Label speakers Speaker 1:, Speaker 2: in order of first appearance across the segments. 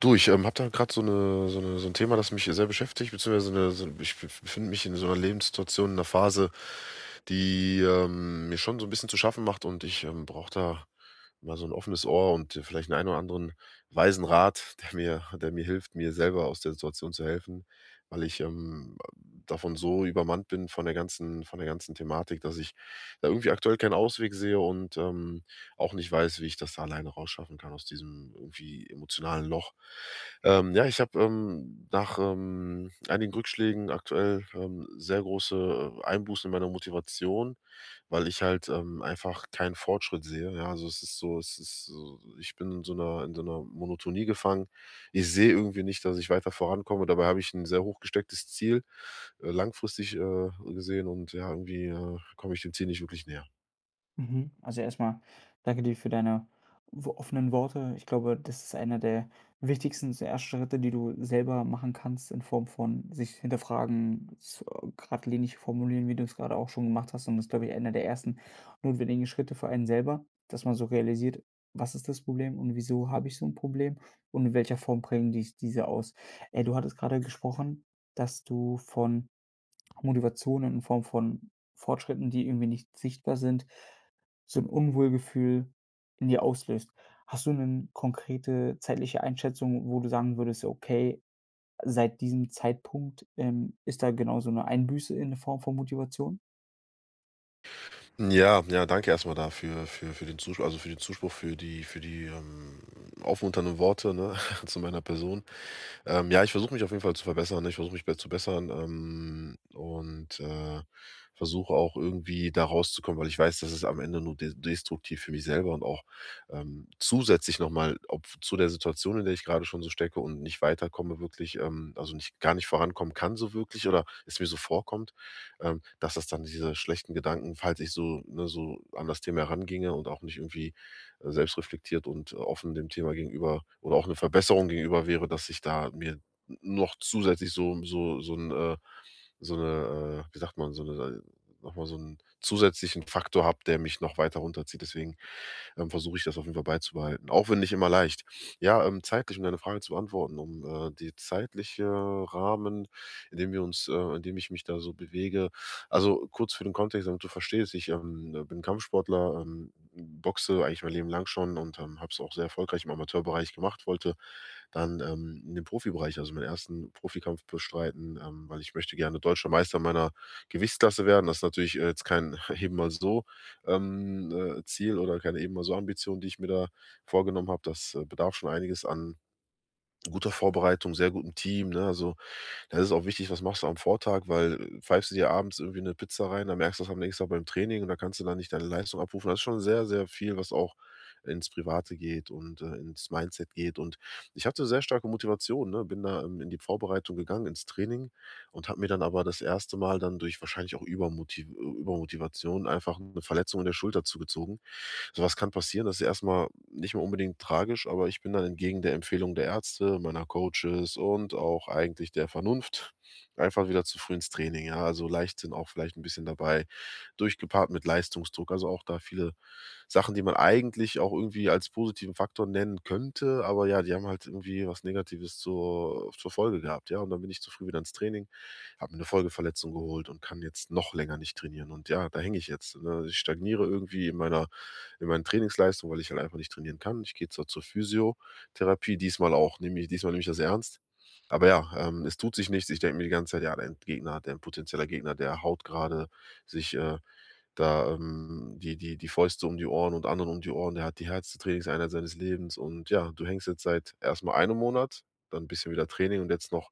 Speaker 1: Du, ich habe da gerade so ein Thema, das mich sehr beschäftigt, beziehungsweise ich befinde mich in so einer Lebenssituation, in einer Phase, die mir schon so ein bisschen zu schaffen macht, und ich brauche da mal so ein offenes Ohr und vielleicht ein oder anderen weisen Rat, der mir hilft, mir selber aus der Situation zu helfen, weil ich davon so übermannt bin von von der ganzen Thematik, dass ich da irgendwie aktuell keinen Ausweg sehe und auch nicht weiß, wie ich das da alleine rausschaffen kann aus diesem irgendwie emotionalen Loch. Ja, ich habe, nach, einigen Rückschlägen aktuell, sehr große Einbußen in meiner Motivation, weil ich halt, einfach keinen Fortschritt sehe. Ja, also es ist so, ich bin in so einer in so 'ner Monotonie gefangen. Ich sehe irgendwie nicht, dass ich weiter vorankomme. Dabei habe ich ein sehr hoch gestecktes Ziel, langfristig, gesehen, und ja, irgendwie, komme ich dem Ziel nicht wirklich näher.
Speaker 2: Mhm. Also erstmal danke dir für deine offenen Worte. Ich glaube, das ist einer der wichtigsten ersten Schritte, die du selber machen kannst, in Form von sich hinterfragen, gerade linig formulieren, wie du es gerade auch schon gemacht hast. Und das ist, glaube ich, einer der ersten notwendigen Schritte für einen selber, dass man so realisiert, was ist das Problem und wieso habe ich so ein Problem und in welcher Form bringen dich diese aus. Du hattest gerade gesprochen, dass du von Motivationen in Form von Fortschritten, die irgendwie nicht sichtbar sind, so 'n Unwohlgefühl in dir auslöst. Hast du 'nen konkrete zeitliche Einschätzung, wo du sagen würdest: „Okay, seit diesem Zeitpunkt, ist da genau so 'ne Einbüße in Form von Motivation?“
Speaker 1: Ja, ja, danke erstmal dafür, für den Zuspruch, also für den Zuspruch, für die aufmunternden Worte, ne, zu meiner Person. Ja, ich versuche mich auf jeden Fall zu verbessern, ne? Ich versuche mich be zu bessern, und, versuche auch irgendwie da rauszukommen, weil ich weiß, dass es am Ende nur de destruktiv für mich selber und auch, zusätzlich noch mal ob zu der Situation, in der ich gerade schon so stecke und nicht weiterkomme wirklich, also, nicht gar nicht vorankommen kann so wirklich, oder es mir so vorkommt, dass das dann diese schlechten Gedanken, falls ich so ne, so an das Thema heranginge und auch nicht irgendwie, selbstreflektiert und offen dem Thema gegenüber oder auch eine Verbesserung gegenüber wäre, dass ich da mir noch zusätzlich wie sagt man, noch so einen zusätzlichen Faktor habe, der mich noch weiter runterzieht. Deswegen versuche ich das auf jeden Fall beizubehalten. Auch wenn nicht immer leicht. Ja, zeitlich, um deine Frage zu beantworten, um die zeitliche Rahmen, in dem ich mich da so bewege. Also kurz für den Kontext, damit du verstehst, ich bin Kampfsportler, boxe eigentlich mein Leben lang schon und habe es auch sehr erfolgreich im Amateurbereich gemacht, wollte dann, in den Profibereich, also meinen ersten Profikampf bestreiten, weil ich möchte gerne Deutscher Meister meiner Gewichtsklasse werden. Das ist natürlich, jetzt kein eben mal so, ähm, Ziel oder keine eben mal so Ambition, die ich mir da vorgenommen habe. Das, bedarf schon einiges an guter Vorbereitung, sehr gutem Team, ne? Also, da ist es auch wichtig, was machst du am Vortag, weil, pfeifst du dir abends irgendwie eine Pizza rein, dann merkst du's am nächsten Tag beim Training, und da kannst du dann nicht deine Leistung abrufen. Das ist schon sehr, sehr viel, was auch ins Private geht und, ins Mindset geht. Und ich hatte sehr starke Motivation, ne, bin da, in die Vorbereitung gegangen, ins Training, und habe mir dann aber das erste Mal dann durch wahrscheinlich auch Übermotivation einfach eine Verletzung in der Schulter zugezogen. Sowas kann passieren, das ist erstmal nicht mehr unbedingt tragisch, aber ich bin dann entgegen der Empfehlung der Ärzte, meiner Coaches und auch eigentlich der Vernunft einfach wieder zu früh ins Training, ja. Also, Leichtsinn auch vielleicht ein bisschen dabei, durchgepaart mit Leistungsdruck. Also, auch da viele Sachen, die man eigentlich auch irgendwie als positiven Faktor nennen könnte, aber ja, die haben halt irgendwie was Negatives zur Folge gehabt, ja. Und dann bin ich zu früh wieder ins Training, habe mir 'ne Folgeverletzung geholt und kann jetzt noch länger nicht trainieren. Und ja, da hänge ich jetzt, ne? Ich stagniere irgendwie in meinen Trainingsleistungen, weil ich halt einfach nicht trainieren kann. Ich gehe zwar zur Physiotherapie, diesmal nehme ich das ernst. Aber ja, es tut sich nichts. Ich denke mir die ganze Zeit, ja, dein Gegner, dein potenzieller Gegner, der haut gerade sich da die Fäuste um die Ohren und anderen um die Ohren. Der hat die härteste Trainingseinheit seines Lebens. Und ja, du hängst jetzt seit erstmal einem Monat, dann ein bisschen wieder Training und jetzt noch,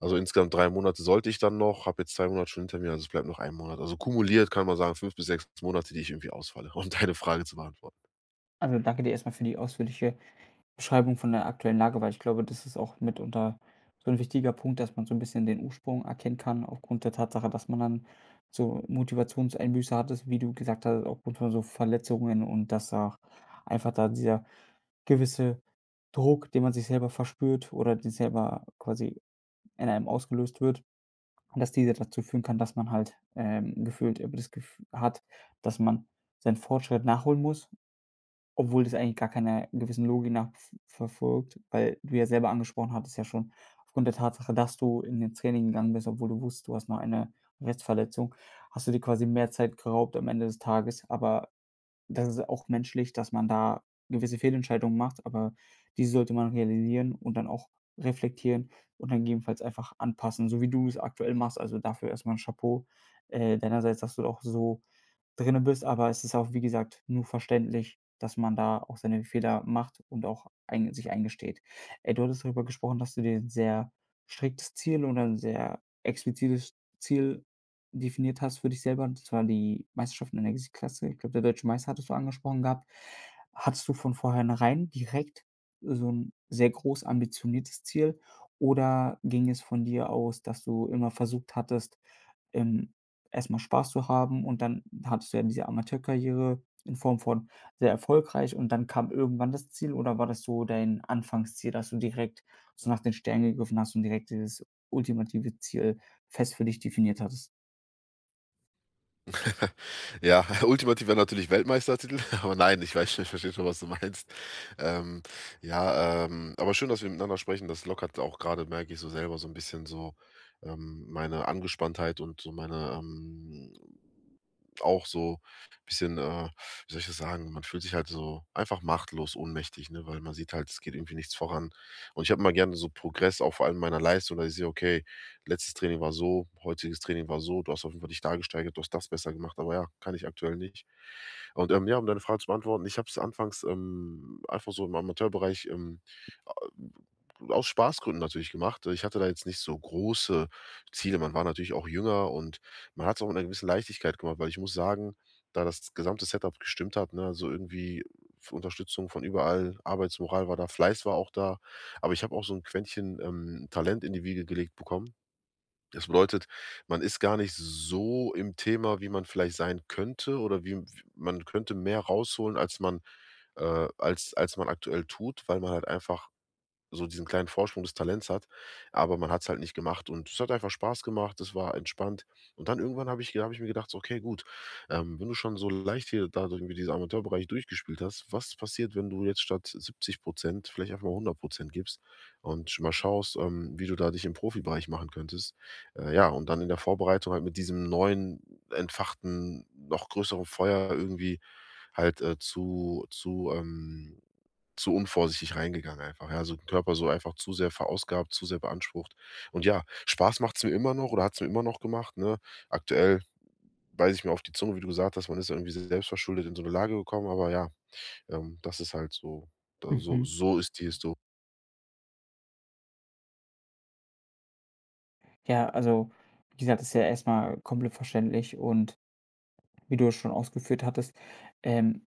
Speaker 1: also insgesamt drei Monate sollte ich dann noch, habe jetzt zwei Monate schon hinter mir, also es bleibt noch ein Monat. Also kumuliert kann man sagen, fünf bis sechs Monate, die ich irgendwie ausfalle, um deine Frage zu beantworten.
Speaker 2: Also, danke dir erst mal für die ausführliche Beschreibung von der aktuellen Lage, weil ich glaube, das ist auch mitunter so ein wichtiger Punkt, dass man so ein bisschen den Ursprung erkennen kann aufgrund der Tatsache, dass man dann so Motivationseinbüße hattest, wie du gesagt hast, aufgrund von so Verletzungen und dass auch einfach da dieser gewisse Druck, den man sich selber verspürt oder den selber quasi in einem ausgelöst wird, dass dieser dazu führen kann, dass man halt, gefühlt immer das Gef hat, dass man seinen Fortschritt nachholen muss, obwohl das eigentlich gar keiner gewissen Logik nachverfolgt, weil du ja selber angesprochen hattest ja schon, aufgrund der Tatsache, dass du in den Training gegangen bist, obwohl du wusstest, du hast noch eine Restverletzung, hast du dir quasi mehr Zeit geraubt am Ende des Tages. Aber das ist auch menschlich, dass man da gewisse Fehlentscheidungen macht, aber diese sollte man realisieren und dann auch reflektieren und dann gegebenenfalls einfach anpassen, so wie du es aktuell machst. Also, dafür erstmal ein Chapeau, deinerseits, dass du auch so drinne bist, aber es ist auch, wie gesagt, nur verständlich, dass man da auch seine Fehler macht und auch ein sich eingesteht. Du hattest darüber gesprochen, dass du dir 'n sehr striktes Ziel oder 'n sehr explizites Ziel definiert hast für dich selber, und zwar die Meisterschaft in der Klasse. Ich glaube, der Deutsche Meister hattest du angesprochen gehabt. Hattest du von vornherein direkt so ein sehr groß ambitioniertes Ziel oder ging es von dir aus, dass du immer versucht hattest, ähm erstmal Spaß zu haben, und dann hattest du ja diese Amateurkarriere in Form von sehr erfolgreich und dann kam irgendwann das Ziel oder war das so dein Anfangsziel, dass du direkt so nach den Sternen gegriffen hast und direkt dieses ultimative Ziel fest für dich definiert hattest?
Speaker 1: Ja, ultimativ wäre natürlich Weltmeistertitel, aber nein, ich weiß schon, ich verstehe schon, was du meinst. Ähm, ja, aber schön, dass wir miteinander sprechen. Das lockert auch gerade, merke ich so selber, so ein bisschen so meine Angespanntheit und so meine auch so ein bisschen, wie soll ich das sagen, man fühlt sich halt so einfach machtlos, ohnmächtig, ne? Weil man sieht halt, es geht irgendwie nichts voran. Und ich habe immer gerne so Progress, auch vor allem meiner Leistung, dass ich sehe, okay, letztes Training war so, heutiges Training war so, du hast auf jeden Fall dich da gesteigert, du hast das besser gemacht, aber ja, kann ich aktuell nicht. Und ja, um deine Frage zu beantworten, ich habe es anfangs einfach so im Amateurbereich aus Spaßgründen natürlich gemacht. Ich hatte da jetzt nicht so große Ziele. Man war natürlich auch jünger und man hat es auch mit einer gewissen Leichtigkeit gemacht, weil ich muss sagen, da das gesamte Setup gestimmt hat, ne, also irgendwie Unterstützung von überall, Arbeitsmoral war da, Fleiß war auch da, aber ich habe auch so ein Quäntchen Talent in die Wiege gelegt bekommen, das bedeutet, man ist gar nicht so im Thema, wie man vielleicht sein könnte, oder man könnte mehr rausholen, als man als man aktuell tut, weil man halt einfach so diesen kleinen Vorsprung des Talents hat, aber man hat es halt nicht gemacht und es hat einfach Spaß gemacht, es war entspannt. Und dann irgendwann habe ich mir gedacht: „So, okay, gut, wenn du schon so leicht hier da irgendwie diesen Amateurbereich durchgespielt hast, was passiert, wenn du jetzt statt 70 vielleicht einfach mal 100 gibst und schon mal schaust, wie du da dich im Profibereich machen könntest?“ Ja, und dann in der Vorbereitung halt mit diesem neuen, entfachten, noch größeren Feuer irgendwie halt, zu unvorsichtig reingegangen einfach, ja, also den Körper so einfach zu sehr verausgabt, zu sehr beansprucht. Und ja, Spaß macht's mir immer noch oder hat's mir immer noch gemacht, ne? Aktuell beiße ich mir auf die Zunge, wie du gesagt hast, man ist irgendwie selbstverschuldet in so eine Lage gekommen, aber ja, das ist halt so, da
Speaker 2: Mhm.
Speaker 1: ist die Histo.
Speaker 2: Ja, also, wie gesagt, ist ja erstmal komplett verständlich und wie du es schon ausgeführt hattest, ähm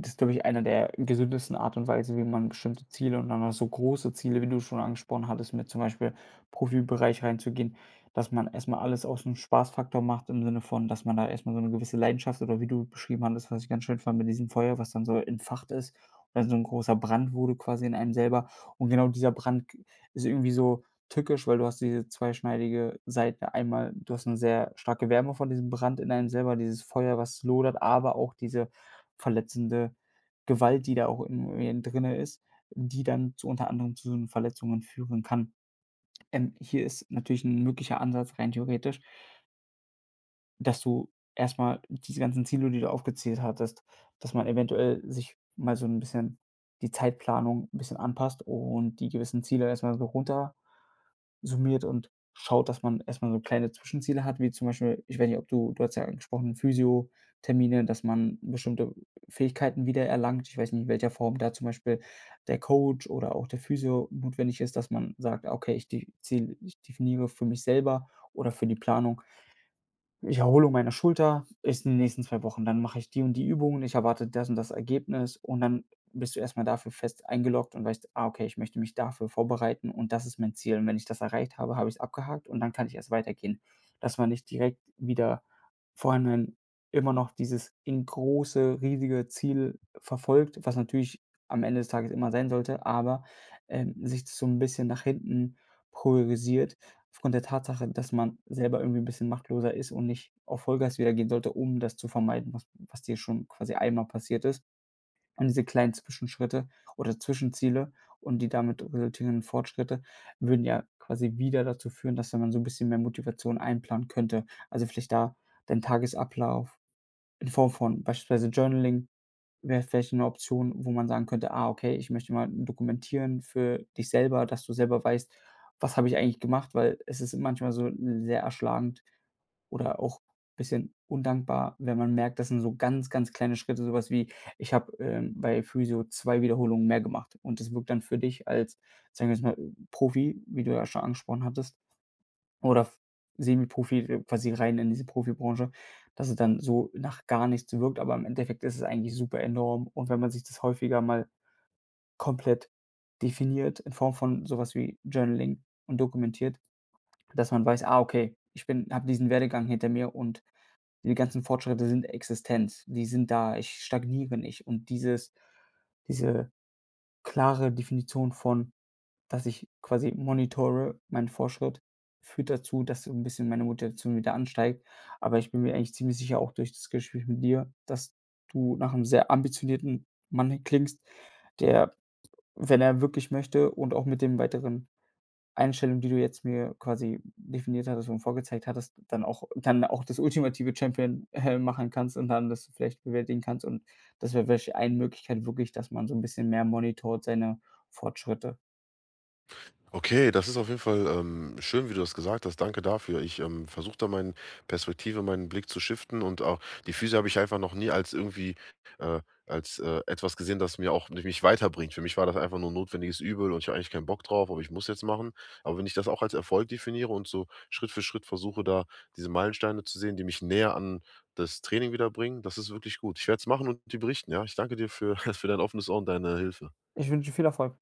Speaker 2: das ist, glaube ich, einer der gesündesten Art und Weise, wie man bestimmte Ziele und dann auch so große Ziele, wie du schon angesprochen hattest, mit zum Beispiel Profibereich reinzugehen, dass man erstmal alles aus dem Spaßfaktor macht im Sinne von, dass man da erstmal so eine gewisse Leidenschaft oder wie du beschrieben hattest, was ich ganz schön fand mit diesem Feuer, was dann so entfacht ist und dann so ein großer Brand wurde quasi in einem selber. Und genau dieser Brand g ist irgendwie so tückisch, weil du hast diese zweischneidige Seite. Einmal, du hast eine sehr starke Wärme von diesem Brand in einem selber, dieses Feuer, was lodert, aber auch diese verletzende Gewalt, die da auch in mir drinne ist, die dann zu unter anderem zu Verletzungen führen kann. Hier ist natürlich ein möglicher Ansatz rein theoretisch, dass du erstmal diese ganzen Ziele, die du aufgezählt hattest, dass man eventuell sich mal so ein bisschen die Zeitplanung ein bisschen anpasst und die gewissen Ziele erstmal so runter summiert und schaut, dass man erstmal so kleine Zwischenziele hat, wie zum Beispiel, ich weiß nicht, ob du hast ja angesprochen, Physio-Termine, dass man bestimmte Fähigkeiten wiedererlangt. Ich weiß nicht, in welcher Form da zum Beispiel der Coach oder auch der Physio notwendig ist, dass man sagt: „Okay, ich de ziel ich definiere für mich selber oder für die Planung, ich Erholung meiner Schulter ist in den nächsten 2 Wochen. Dann mache ich die und die Übungen, ich erwarte das und das Ergebnis und dann bist du erst mal dafür fest eingeloggt und weißt: „Ah, okay, ich möchte mich dafür vorbereiten und das ist mein Ziel.“ Und wenn ich das erreicht habe, habe ich es abgehakt und dann kann ich erst weitergehen. Dass man nicht direkt wieder vorhinein immer noch dieses in große, riesige Ziel verfolgt, was natürlich am Ende des Tages immer sein sollte, aber, sich so ein bisschen nach hinten priorisiert, aufgrund der Tatsache, dass man selber irgendwie 'n bisschen machtloser ist und nicht auf Vollgas wieder gehen sollte, um das zu vermeiden, was dir schon quasi einmal passiert ist. Und diese kleinen Zwischenschritte oder Zwischenziele und die damit resultierenden Fortschritte würden ja quasi wieder dazu führen, dass da man so 'n bisschen mehr Motivation einplanen könnte. Also, vielleicht da deinen Tagesablauf in Form von beispielsweise Journaling wäre vielleicht eine Option, wo man sagen könnte: „Ah, okay, ich möchte mal dokumentieren für dich selber, dass du selber weißt, was habe ich eigentlich gemacht?“ Weil es ist manchmal so sehr erschlagend oder auch ein bisschen undankbar, wenn man merkt, das sind so ganz, ganz kleine Schritte, sowas wie: „Ich habe, bei Physio 2 Wiederholungen mehr gemacht.“ Und das wirkt dann für dich als, sagen wir jetzt mal, Profi, wie du ja schon angesprochen hattest, oder f Semi-Profi, quasi rein in diese Profibranche, dass es dann so nach gar nichts wirkt, aber im Endeffekt ist es eigentlich super enorm. Und wenn man sich das häufiger mal komplett definiert in Form von sowas wie Journaling und dokumentiert, dass man weiß: „Ah, okay, ich bin habe diesen Werdegang hinter mir und die ganzen Fortschritte sind existent. Die sind da. Ich stagniere nicht.“ Und diese klare Definition von, dass ich quasi monitore, mein Fortschritt, führt dazu, dass so 'n bisschen meine Motivation wieder ansteigt. Aber ich bin mir eigentlich ziemlich sicher, auch durch das Gespräch mit dir, dass du nach 'nem sehr ambitionierten Mann klingst, der, wenn er wirklich möchte und auch mit den weiteren Einstellungen, die du jetzt mir quasi definiert hattest und vorgezeigt hattest, dann auch das ultimative Champion, machen kannst und dann das vielleicht bewältigen kannst. Und das wäre vielleicht eine Möglichkeit wirklich, dass man so 'n bisschen mehr monitort seine Fortschritte.
Speaker 1: Okay, das ist auf jeden Fall schön, wie du das gesagt hast. Danke dafür. Ich versuche da meine Perspektive, meinen Blick zu shiften, und auch die Füße habe ich einfach noch nie als irgendwie äh, als etwas gesehen, das mir auch nicht mich weiterbringt. Für mich war das einfach nur ein notwendiges Übel und ich habe eigentlich keinen Bock drauf, aber ich muss jetzt machen. Aber wenn ich das auch als Erfolg definiere und so Schritt für Schritt versuche, da diese Meilensteine zu sehen, die mich näher an das Training wieder bringen, das ist wirklich gut. Ich werde es machen und die berichten, ja. Ich danke dir für, für dein offenes Ohr und deine Hilfe.
Speaker 2: Ich wünsche dir viel Erfolg.